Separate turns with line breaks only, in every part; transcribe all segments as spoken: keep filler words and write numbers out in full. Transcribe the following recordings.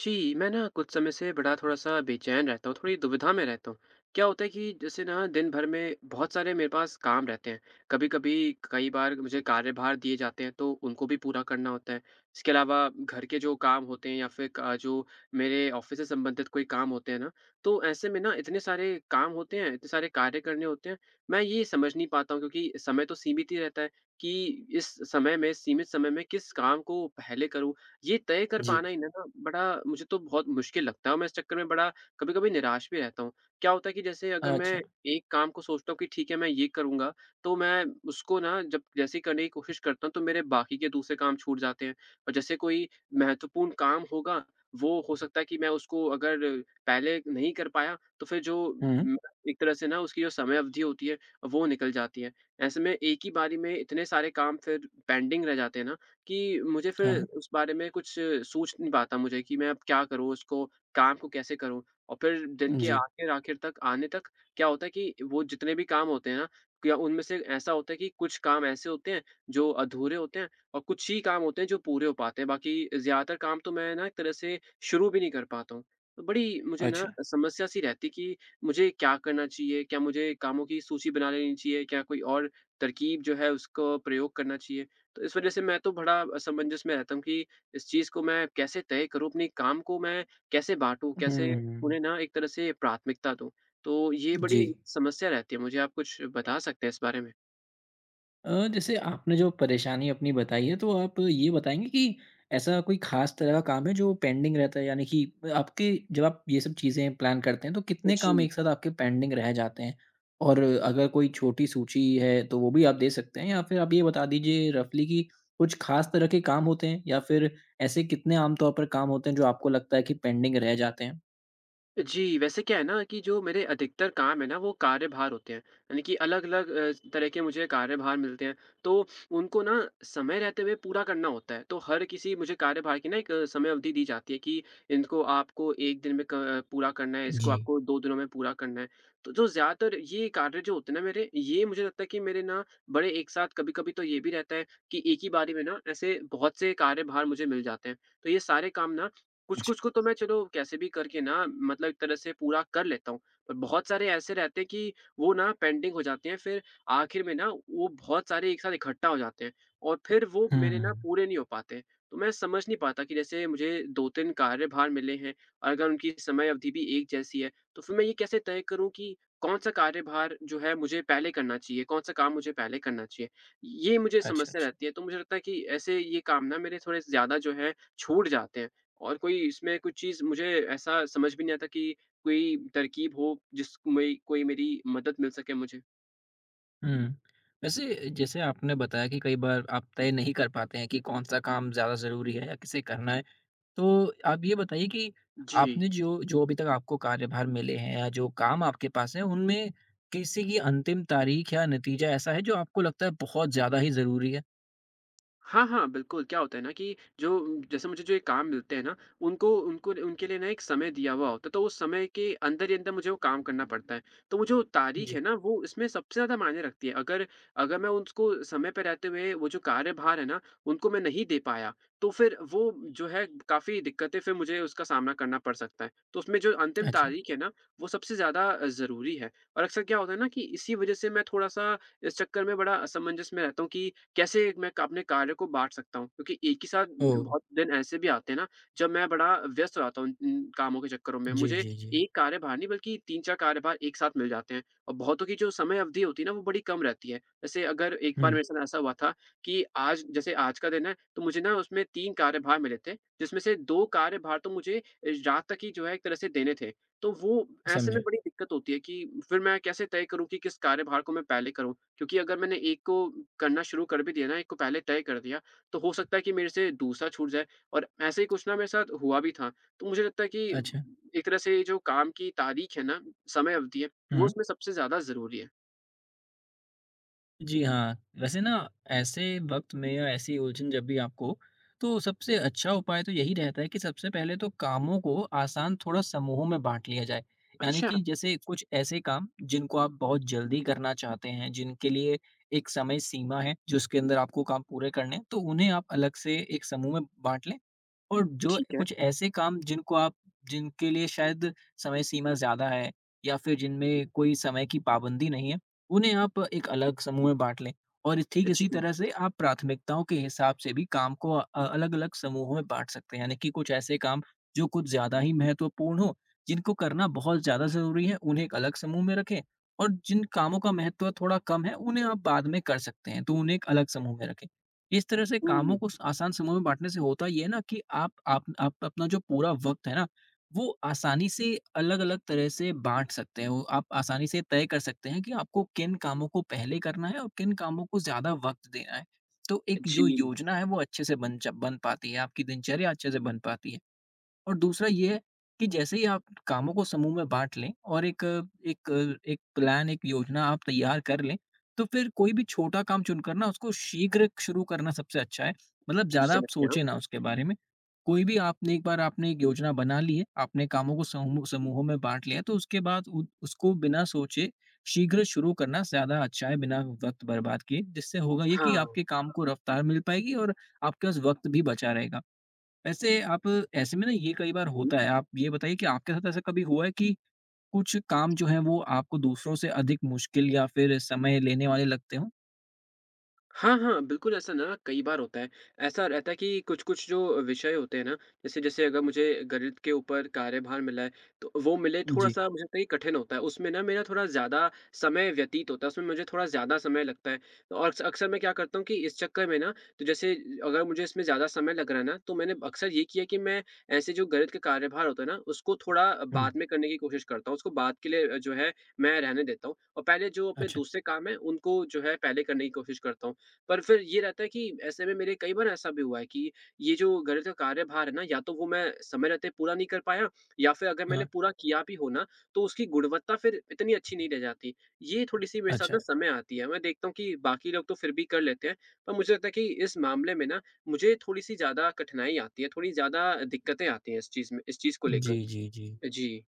जी, मैं ना कुछ समय से बड़ा थोड़ा-सा बेचैन रहता हूँ, थोड़ी दुविधा में रहता हूँ। क्या होता है कि जैसे ना दिन भर में बहुत सारे मेरे पास काम रहते हैं। कभी-कभी कई बार मुझे कार्यभार दिए जाते हैं, तो उनको भी पूरा करना होता है। इसके अलावा घर के जो काम होते हैं या फिर क जो मेरे ऑफ़िस से संबंधित कोई काम होते हैं ना, तो ऐसे में ना इतने सारे काम होते हैं, इतने सारे कार्य करने होते हैं। मैं ये समझ नहीं पाता हूँ, क्योंकि समय तो सीमित ही रहता है कि इस समय में, सीमित समय में किस काम को पहले करूँ। ये तय कर
जी।
पाना ही ना ना बड़ा मुझे तो बहुत मुश्किल लगता है, मैं इस चक्कर में बड़ा कभी-कभी निराश भी रहता हूँ। क्या होता है कि जैसे अगर मैं
अच्छा।
एक काम को सोचता हूँ कि ठीक है, मैं ये करूँगा, तो मैं उसको ना जब जैसे ही करने की कोशिश करता हूँ, तो मेरे बाकी के दूसरे काम छूट जाते हैं। और जैसे कोई महत्वपूर्ण काम होगा, वो हो सकता है कि मैं उसको अगर पहले नहीं कर पाया, तो फिर जो
हुँ,
म एक तरह से ना उसकी जो समय अवधि होती है, वो निकल जाती है। ऐसे में एक ही बारी में इतने सारे काम फिर पेंडिंग रह जाते हैं ना, कि मुझे फिर
हाँ,
उस बारे में कुछ सूझ नहीं पाता, मुझे कि मैं अब क्या करूँ उसको, काम को कैसे करूँ? और फिर दिन के
जी।
आखिर-आखिर तक आने तक क्या होता है कि वो जितने भी काम होते हैं ना, क्या उनमें से ऐसा होता है कि कुछ काम ऐसे होते हैं जो अधूरे होते हैं, और कुछ ही काम होते हैं जो पूरे हो पाते हैं, बाकी ज़्यादातर काम तो मैं ना एक तरह से शुरू भी नहीं कर पाता हूँ। तो बड़ी मुझे ना
अच्छा।
समस्या सी रहती है कि मुझे क्या करना चाहिए? क्या मुझे कामों की सूची बना लेनी चाहिए? क्या कोई और तरकीब जो है उसको प्रयोग करना चाहिए? तो इस वजह से मैं तो बड़ा असमंजस में रहता हूँ कि इस चीज़ को मैं कैसे तय करूँ, अपने काम को मैं कैसे बाँटूँ, कैसे
हुँ,
उन्हें ना एक तरह से प्राथमिकता दूँ? तो ये
जी।
बड़ी समस्या रहती है मुझे। आप कुछ बता सकते हैं इस बारे में?
अ, जैसे आपने जो परेशानी अपनी बताई है, तो आप ये बताएँगे कि ऐसा कोई ख़ास तरह का काम है जो पेंडिंग रहता है? यानी कि आपके जब आप ये सब चीज़ें प्लान करते हैं, तो कितने काम
जी।
एक साथ आपके पेंडिंग रह जाते हैं? और अगर कोई छोटी सूची है, तो वो भी आप दे सकते हैं या फिर आप ये बता दीजिए रफ़ली कि कुछ ख़ास तरह के काम होते हैं या फिर ऐसे कितने आम तौर पर काम होते हैं, जो आपको लगता है कि पेंडिंग रह जाते हैं?
जी, वैसे क्या है ना कि जो मेरे अधिकतर काम है ना, वो कार्यभार होते हैं, यानी कि अलग-अलग अ, तरह के मुझे कार्यभार मिलते हैं, तो उनको ना समय रहते हुए पूरा करना होता है। तो हर किसी मुझे कार्यभार की ना एक अ, समय अवधि दी जाती है कि इनको आपको एक दिन में क अ, पूरा करना है, इसको
जी।
आपको दो दिनों में पूरा करना है। तो जो ज़्यादातर ये कार्य जो होते हैं ना मेरे, ये मुझे लगता है कि मेरे ना बड़े एक साथ कभी-कभी तो ये भी रहता है कि एक ही बारी में ना ऐसे बहुत से कार्यभार मुझे मिल जाते हैं। तो ये सारे काम ना,
जी।
कुछ-कुछ को तो मैं चलो कैसे भी करके ना, मतलब एक तरह से पूरा कर लेता हूँ। पर बहुत सारे ऐसे रहते हैं कि वो ना पेंडिंग हो जाते हैं, फिर आखिर में ना वो बहुत सारे एक साथ इकट्ठा हो जाते हैं, और फिर वो मेरे ना
हुँ।
पूरे नहीं हो पाते। तो मैं समझ नहीं पाता कि जैसे मुझे दो तीन कार्यभार मिले हैं और अगर उनकी समय अवधि भी एक जैसी है, तो फिर मैं ये कैसे तय करूँ कि कौन-सा कार्यभार जो है मुझे पहले करना चाहिए, कौन-सा काम मुझे पहले करना चाहिए? ये मुझे
अच्छा,
समस्या
अच्छा।
रहती है। तो मुझे लगता है कि ऐसे ये काम ना मेरे थोड़े ज़्यादा जो है छूट जाते हैं। और कोई इसमें कुछ चीज़ मुझे ऐसा समझ भी नहीं आता कि कोई तरकीब हो जिसमें कोई मेरी मदद मिल सके मुझे।
हुँ। वैसे जैसे आपने बताया कि कई बार आप तय नहीं कर पाते हैं कि कौन-सा काम ज़्यादा ज़रूरी है या किसे करना है। तो आप ये बताइए कि
जी।
आपने जो जो अभी तक आपको कार्यभार मिले हैं या जो काम आपके पास हैं, उनमें किसी की अंतिम तारीख या नतीजा ऐसा है जो आपको लगता है बहुत ज़्यादा ही ज़रूरी है?
हाँ, हाँ, बिल्कुल, क्या होता है ना कि जो जैसे मुझे जो ये काम मिलते हैं ना, उनको उनको उनके लिए ना एक समय दिया हुआ होता है, तो उस समय के अंदर ही अंदर मुझे वो काम करना पड़ता है। तो वो जो तारीख है
जी।
ना, वो इसमें सबसे ज़्यादा मायने रखती है। अगर अगर मैं उसको समय पे रहते हुए, वो जो कार्यभार है ना, उनको मैं नहीं दे पाया, तो फिर वो जो है काफ़ी दिक्कतें, फिर मुझे उसका सामना करना पड़ सकता है। तो उसमें जो अंतिम
अच्छा।
तारीख है ना, वो सबसे ज़्यादा अ, ज़रूरी है। और अक्सर क्या होता है ना कि इसी वज़ह से मैं थोड़ा-सा इस चक्कर में बड़ा असमंजस में रहता हूँ कि कैसे मैं क अपने कार्य को बाँट सकता हूँ? क्योंकि एक ही साथ
ओह!
बहुत दिन ऐसे भी आते हैं ना, जब मैं बड़ा व्यस्त हो जाता हूँ इन कामों के चक्करों में।
जी,
मुझे
जी, जी।
एक कार्यभार नहीं, बल्कि तीन चार कार्यभार एक साथ मिल जाते हैं, और बहुतों की जो समय अवधि होती है ना, वो बड़ी कम रहती है। जैसे अगर एक बार
हुँ,
मेरे साथ ऐसा हुआ था कि आज जैसे आज का दिन है, तो मुझे ना उसमें तीन कार्यभार मिले थे, जिसमें से दो कार्यभार तो मुझे अ, रात तक ही जो है एक तरह से देने थे। तो वो ऐसे में
समझा।
बड़ी दिक्कत होती है कि फिर मैं कैसे तय करूँ कि किस कार्यभार को मैं पहले करूँ? क्योंकि अगर मैंने एक को करना शुरू कर भी दिया ना, एक को पहले तय कर दिया, तो हो सकता है कि मेरे से दूसरा छूट जाए, और ऐसे ही कुछ ना मेरे साथ हुआ भी था। तो मुझे लगता है कि
अच्छा।
एक तरह से ये जो काम की तारीख है ना, समय अवधि है, वो
हुँ।
उसमें सबसे ज़्यादा ज़रूरी है।
जी हाँ, वैसे ना ऐसे वक़्त में या ऐसी उलझन जब भी आपको हो, तो सबसे अच्छा उपाय तो यही रहता है कि सबसे पहले तो कामों को आसान थोड़ा समूहों में बाँट लिया जाए। यानी
अच्छा,
कि जैसे कुछ ऐसे काम जिनको आप बहुत जल्दी करना चाहते हैं, जिनके लिए एक समय सीमा है, जिसके अंदर आपको काम पूरे करने हैं, तो उन्हें आप अलग से एक समूह में बाँट लें। और जो
ठीक है।
कुछ ऐसे काम जिनको आप जिनके लिए शायद समय सीमा ज़्यादा है या फिर जिनमें कोई समय की पाबंदी नहीं है, उन्हें आप एक अलग समूह में बाँट लें। और ठीक इसी
जी।
तरह से आप प्राथमिकताओं के हिसाब से भी काम को अ, अलग-अलग समूहों में बाँट सकते हैं। यानी कि कुछ ऐसे काम जो कुछ ज़्यादा ही महत्वपूर्ण हों, जिनको करना बहुत ज़्यादा ज़रूरी है, उन्हें एक अलग समूह में रखें। और जिन कामों का महत्व थोड़ा कम है, उन्हें आप बाद में कर सकते हैं, तो उन्हें एक अलग समूह में रखें। इस तरह से
हुँ,
कामों को स आसान समूह में बाँटने से होता ये है ना कि आप आप आप अपना जो पूरा वक़्त है ना वो आसानी से अलग-अलग तरह से बाँट सकते हैं। वो आप आसानी से तय कर सकते हैं कि आपको किन कामों को पहले करना है और किन कामों को ज़्यादा वक़्त देना है। तो एक
जी,
जो योजना है वो अच्छे से बन च बन पाती है, आपकी दिनचर्या अच्छे से बन पाती है। और दूसरा ये है कि जैसे ही आप कामों को समूह में बाँट लें और एक एक एक प्लान, एक योजना आप तैयार कर लें, तो फिर कोई भी छोटा काम चुनकर ना उसको शीघ्र शुरू करना सबसे अच्छा है। मतलब ज़्यादा आप
समझ गया।
सोचें ना उसके बारे में। कोई भी आपने एक बार आपने एक योजना बना ली है, आपने कामों को समूह समूहों में बाँट लिया है, तो उसके बाद उ उसको बिना सोचे शीघ्र शुरू करना ज़्यादा अच्छा है, बिना वक़्त बर्बाद किए। जिससे होगा ये कि
हाँ।
आपके काम को रफ़्तार मिल पाएगी और आपके पास वक़्त भी बचा रहेगा। वैसे आप ऐसे में ना ये कई बार होता है। आप ये बताइए कि आपके साथ ऐसा कभी हुआ है कि कुछ काम जो हैं वो आपको दूसरों से अधिक मुश्किल या फिर समय लेने वाले लगते हों?
हाँ, हाँ, बिल्कुल ऐसा ना कई बार होता है। ऐसा रहता है कि कुछ-कुछ जो विषय होते हैं ना, जैसे-जैसे, अगर मुझे गणित के ऊपर कार्यभार मिला है, तो वो मिले
जी।
थोड़ा-सा मुझे लगता है कि कठिन होता है। उसमें ना मेरा थोड़ा ज़्यादा समय व्यतीत होता है, उसमें मुझे थोड़ा ज़्यादा समय लगता है। तो और अक्स अक्सर मैं क्या करता हूँ कि इस चक्कर में ना, तो जैसे अगर मुझे इसमें ज़्यादा समय लग रहा है ना, तो मैंने अक्सर ये किया कि मैं ऐसे जो गणित का कार्यभार होता है ना, उसको थोड़ा
हुँ,
बाद में करने की कोशिश करता हूँ। उसको बाद के लिए अ, जो है मैं रहने देता हूँ, और पहले जो अपने
अच्छा।
दूसरे काम हैं, उनको जो है पहले करने की कोशिश करता हूँ। पर फिर ये रहता है कि ऐसे में मेरे कई बार ऐसा भी हुआ है कि ये जो घर का कार्यभार है ना, या तो वो मैं समय रहते पूरा नहीं कर पाया, या फिर अगर मैंने
हाँ,
पूरा किया भी हो ना, तो उसकी गुणवत्ता फिर इतनी अच्छी नहीं रह जाती। ये थोड़ी-सी मेरे साथ
अच्छा।
ना समय आती है। मैं देखता हूँ कि बाकी लोग तो फिर भी कर लेते हैं, पर मुझे लगता है कि इस मामले में ना मुझे थोड़ी-सी ज़्यादा कठिनाई आती है, थोड़ी ज़्यादा दिक्कतें आती हैं इस चीज़ में, इस चीज़ को
जी,
लेकर।
जी, जी।
जी।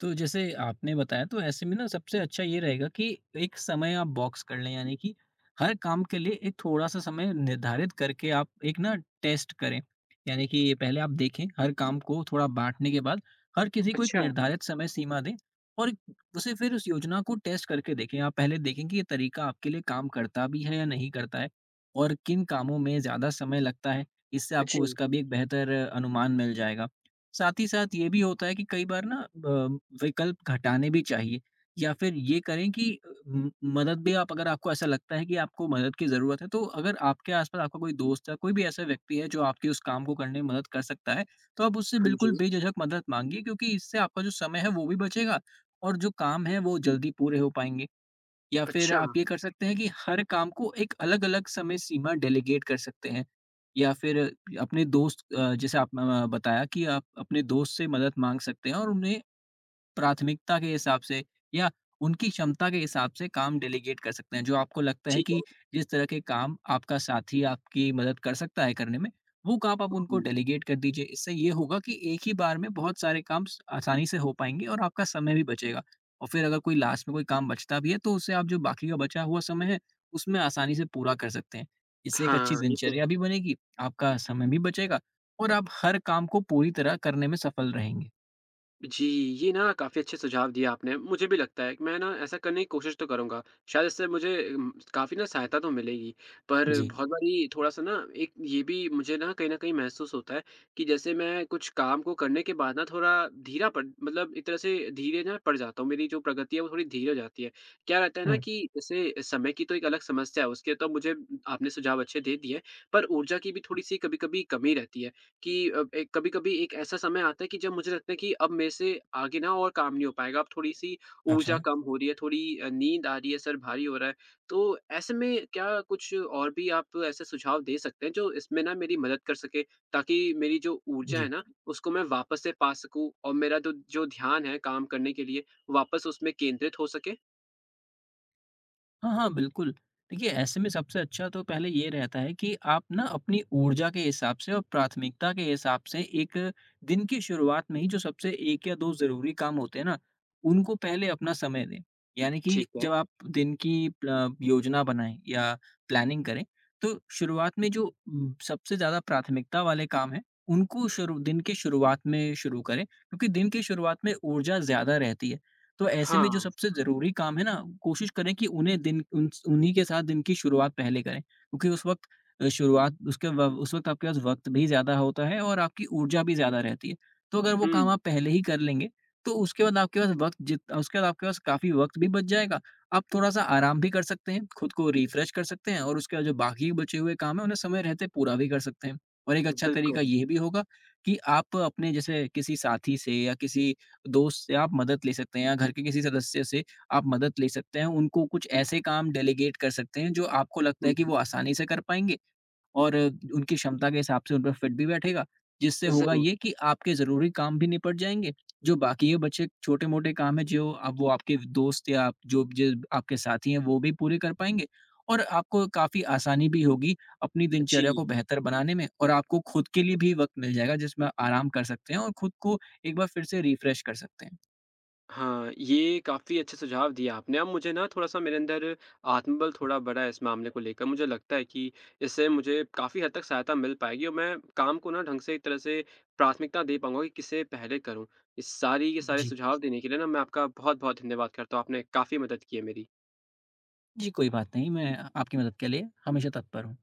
तो जैसे आपने बताया, तो ऐसे में ना सबसे अच्छा ये रहेगा कि एक समय आप बॉक्स कर लें, यानी कि हर काम के लिए एक थोड़ा-सा समय निर्धारित करके आप एक ना टेस्ट करें। यानी कि ये पहले आप देखें, हर काम को थोड़ा बाँटने के बाद हर किसी को एक
अच्छा।
निर्धारित समय सीमा दें और उसे फिर उस योजना को टेस्ट करके देखें। आप पहले देखें कि ये तरीका आपके लिए काम करता भी है या नहीं करता है, और किन कामों में ज़्यादा समय लगता है। इससे आपको
जी।
उसका भी एक बेहतर अनुमान मिल जाएगा। साथ ही साथ ये भी होता है कि कई बार ना अ, विकल्प घटाने भी चाहिए, या फिर ये करें कि अ, म- मदद भी आप, अगर आपको ऐसा लगता है कि आपको मदद की ज़रूरत है, तो अगर आपके आसपास आपका कोई दोस्त है, कोई भी ऐसा व्यक्ति है जो आपके उस काम को करने में मदद कर सकता है, तो आप उससे
हाँ
बिल्कुल
जी।
बेझिझक मदद मांगिए, क्योंकि इससे आपका जो समय है वो भी बचेगा और जो काम है वो जल्दी पूरे हो पाएंगे। या फिर
अच्छा।
आप ये कर सकते हैं कि हर काम को एक अलग-अलग समय सीमा डेलीगेट कर सकते हैं। या फिर अपने दोस्त, अ, जैसे आपने बताया कि आप अपने दोस्त से मदद माँग सकते हैं, और उन्हें प्राथमिकता के हिसाब से या उनकी क्षमता के हिसाब से काम डेलीगेट कर सकते हैं। जो आपको लगता है
ठीक है।
कि जिस तरह के काम आपका साथी आपकी मदद कर सकता है करने में, वो काम आप उनको
हुँ।
डेलीगेट कर दीजिए। इससे ये होगा कि एक ही बार में बहुत सारे काम स आसानी से हो पाएँगे और आपका समय भी बचेगा। और फिर अगर कोई लास्ट में कोई काम बचता भी है, तो उससे आप जो बाकी का बचा हुआ समय है, उसमें आसानी से पूरा कर सकते हैं। इससे एक अच्छी
हाँ, ये तो है।
दिनचर्या भी बनेगी, आपका समय भी बचेगा और आप हर काम को पूरी तरह करने में सफल रहेंगे।
जी, ये ना काफ़ी अच्छे सुझाव दिए आपने। मुझे भी लगता है कि मैं ना ऐसा करने की कोशिश तो करूँगा। शायद इससे मुझे उम, काफ़ी ना सहायता तो मिलेगी। पर
जी।
बहुत बारी थोड़ा-सा ना एक ये भी मुझे ना कहीं न कहीं महसूस होता है कि जैसे मैं कुछ काम को करने के बाद ना थोड़ा धीरा पड़ मतलब एक तरह से धीरे ना पड़ जाता हूँ। मेरी जो प्रगति है वो थोड़ी धीरे हो जाती है। क्या रहता है ना
हुँ,
कि जैसे समय की तो एक अलग समस्या है, उसके तो मुझे आपने सुझाव अच्छे दे दिए। पर ऊर्जा की भी थोड़ी-सी कभी-कभी कमी रहती है। कि अ, एक कभी-कभी एक ऐसा समय आता है कि जब मुझे लगता है कि अब मेरे से आगे ना और काम नहीं हो पाएगा, अब थोड़ी-सी ऊर्जा
अच्छा।
कम हो रही है, थोड़ी अ, नींद आ रही है, सर भारी हो रहा है। तो ऐसे में क्या कुछ और भी आप ऐसे सुझाव दे सकते हैं जो इसमें ना मेरी मदद कर सके, ताकि मेरी जो ऊर्जा है
जी।
ना, उसको मैं वापस से पा सकूँ, और मेरा दो जो ध्यान है काम करने के लिए वापस उसमें केंद्रित हो सके?
हाँ, हाँ, बिल्कुल। देखिए, ऐसे में सबसे अच्छा तो पहले ये रहता है कि आप ना अपनी ऊर्जा के हिसाब से और प्राथमिकता के हिसाब से एक दिन की शुरुआत में ही जो सबसे एक या दो ज़रूरी काम होते हैं ना, उनको पहले अपना समय दें। यानी कि
ठीक है।
जब आप दिन की प्ल योजना बनाएँ या प्लानिंग करें, तो शुरुआत में जो उम, सबसे ज़्यादा प्राथमिकता वाले काम हैं, उनको शुरू दिन की शुरुआत में शुरू करें, क्योंकि दिन की शुरुआत में ऊर्जा ज़्यादा रहती है। तो ऐसे में जो
हाँ।
सबसे ज़रूरी काम है ना, कोशिश करें कि उन्हें दिन उन उन्हीं के साथ दिन की शुरुआत पहले करें, क्योंकि उस वक़्त अ, शुरुआत उसके व उस वक़्त आपके पास वक़्त भी ज़्यादा होता है और आपकी ऊर्जा भी ज़्यादा रहती है। तो अगर वो काम
हुँ,
आप पहले ही कर लेंगे, तो उसके बाद आपके पास वक़्त जित उसके बाद आपके पास काफ़ी वक़्त भी बच जाएगा। आप थोड़ा-सा आराम भी कर सकते हैं, खुद को रिफ्रेश कर सकते हैं और उसके बाद जो बाकी बचे हुए काम हैं, उन्हें समय रहते पूरा भी कर सकते हैं। और एक अच्छा
बिल्कुल।
तरीका ये भी होगा कि आप अपने जैसे किसी साथी से या किसी दोस्त से आप मदद ले सकते हैं, या घर के किसी सदस्य से आप मदद ले सकते हैं। उनको कुछ ऐसे काम डेलीगेट कर सकते हैं जो आपको लगता
हुँ,
है कि
हुँ।
वो आसानी से कर पाएँगे। और उनकी क्षमता के हिसाब से उन पे फिट भी बैठेगा, जिससे होगा
ज़रूर।
ये कि आपके ज़रूरी काम भी निपट जाएँगे, जो बाकी के बचे छोटे-मोटे काम हैं, जो अब वो आपके दोस्त या आप जो ज आपके साथी हैं वो भी पूरे कर पाएँगे। और आपको काफ़ी आसानी भी होगी अपनी
जी।
दिनचर्या को बेहतर बनाने में, और आपको खुद के लिए भी वक़्त मिल जाएगा जिसमें आप आराम कर सकते हैं और खुद को एक बार फिर से रिफ्रेश कर सकते हैं।
हाँ, ये काफ़ी अच्छे सुझाव दिए आपने। अब मुझे ना थोड़ा-सा मेरे अंदर आत्मबल थोड़ा बढ़ा है इस मामले को लेकर। मुझे लगता है कि इससे मुझे काफ़ी हद तक सहायता मिल पाएगी, और मैं काम को ना ढंग से एक तरह से प्राथमिकता दे पाऊँगा कि किसे पहले करूँ। इस सारी के सारे
जी।
सुझाव देने के लिए ना मैं आपका बहुत-बहुत धन्यवाद करता हूँ। आपने काफ़ी मदद की है मेरी।
जी, कोई बात नहीं, मैं आपकी मदद के लिए हमेशा तत्पर हूँ।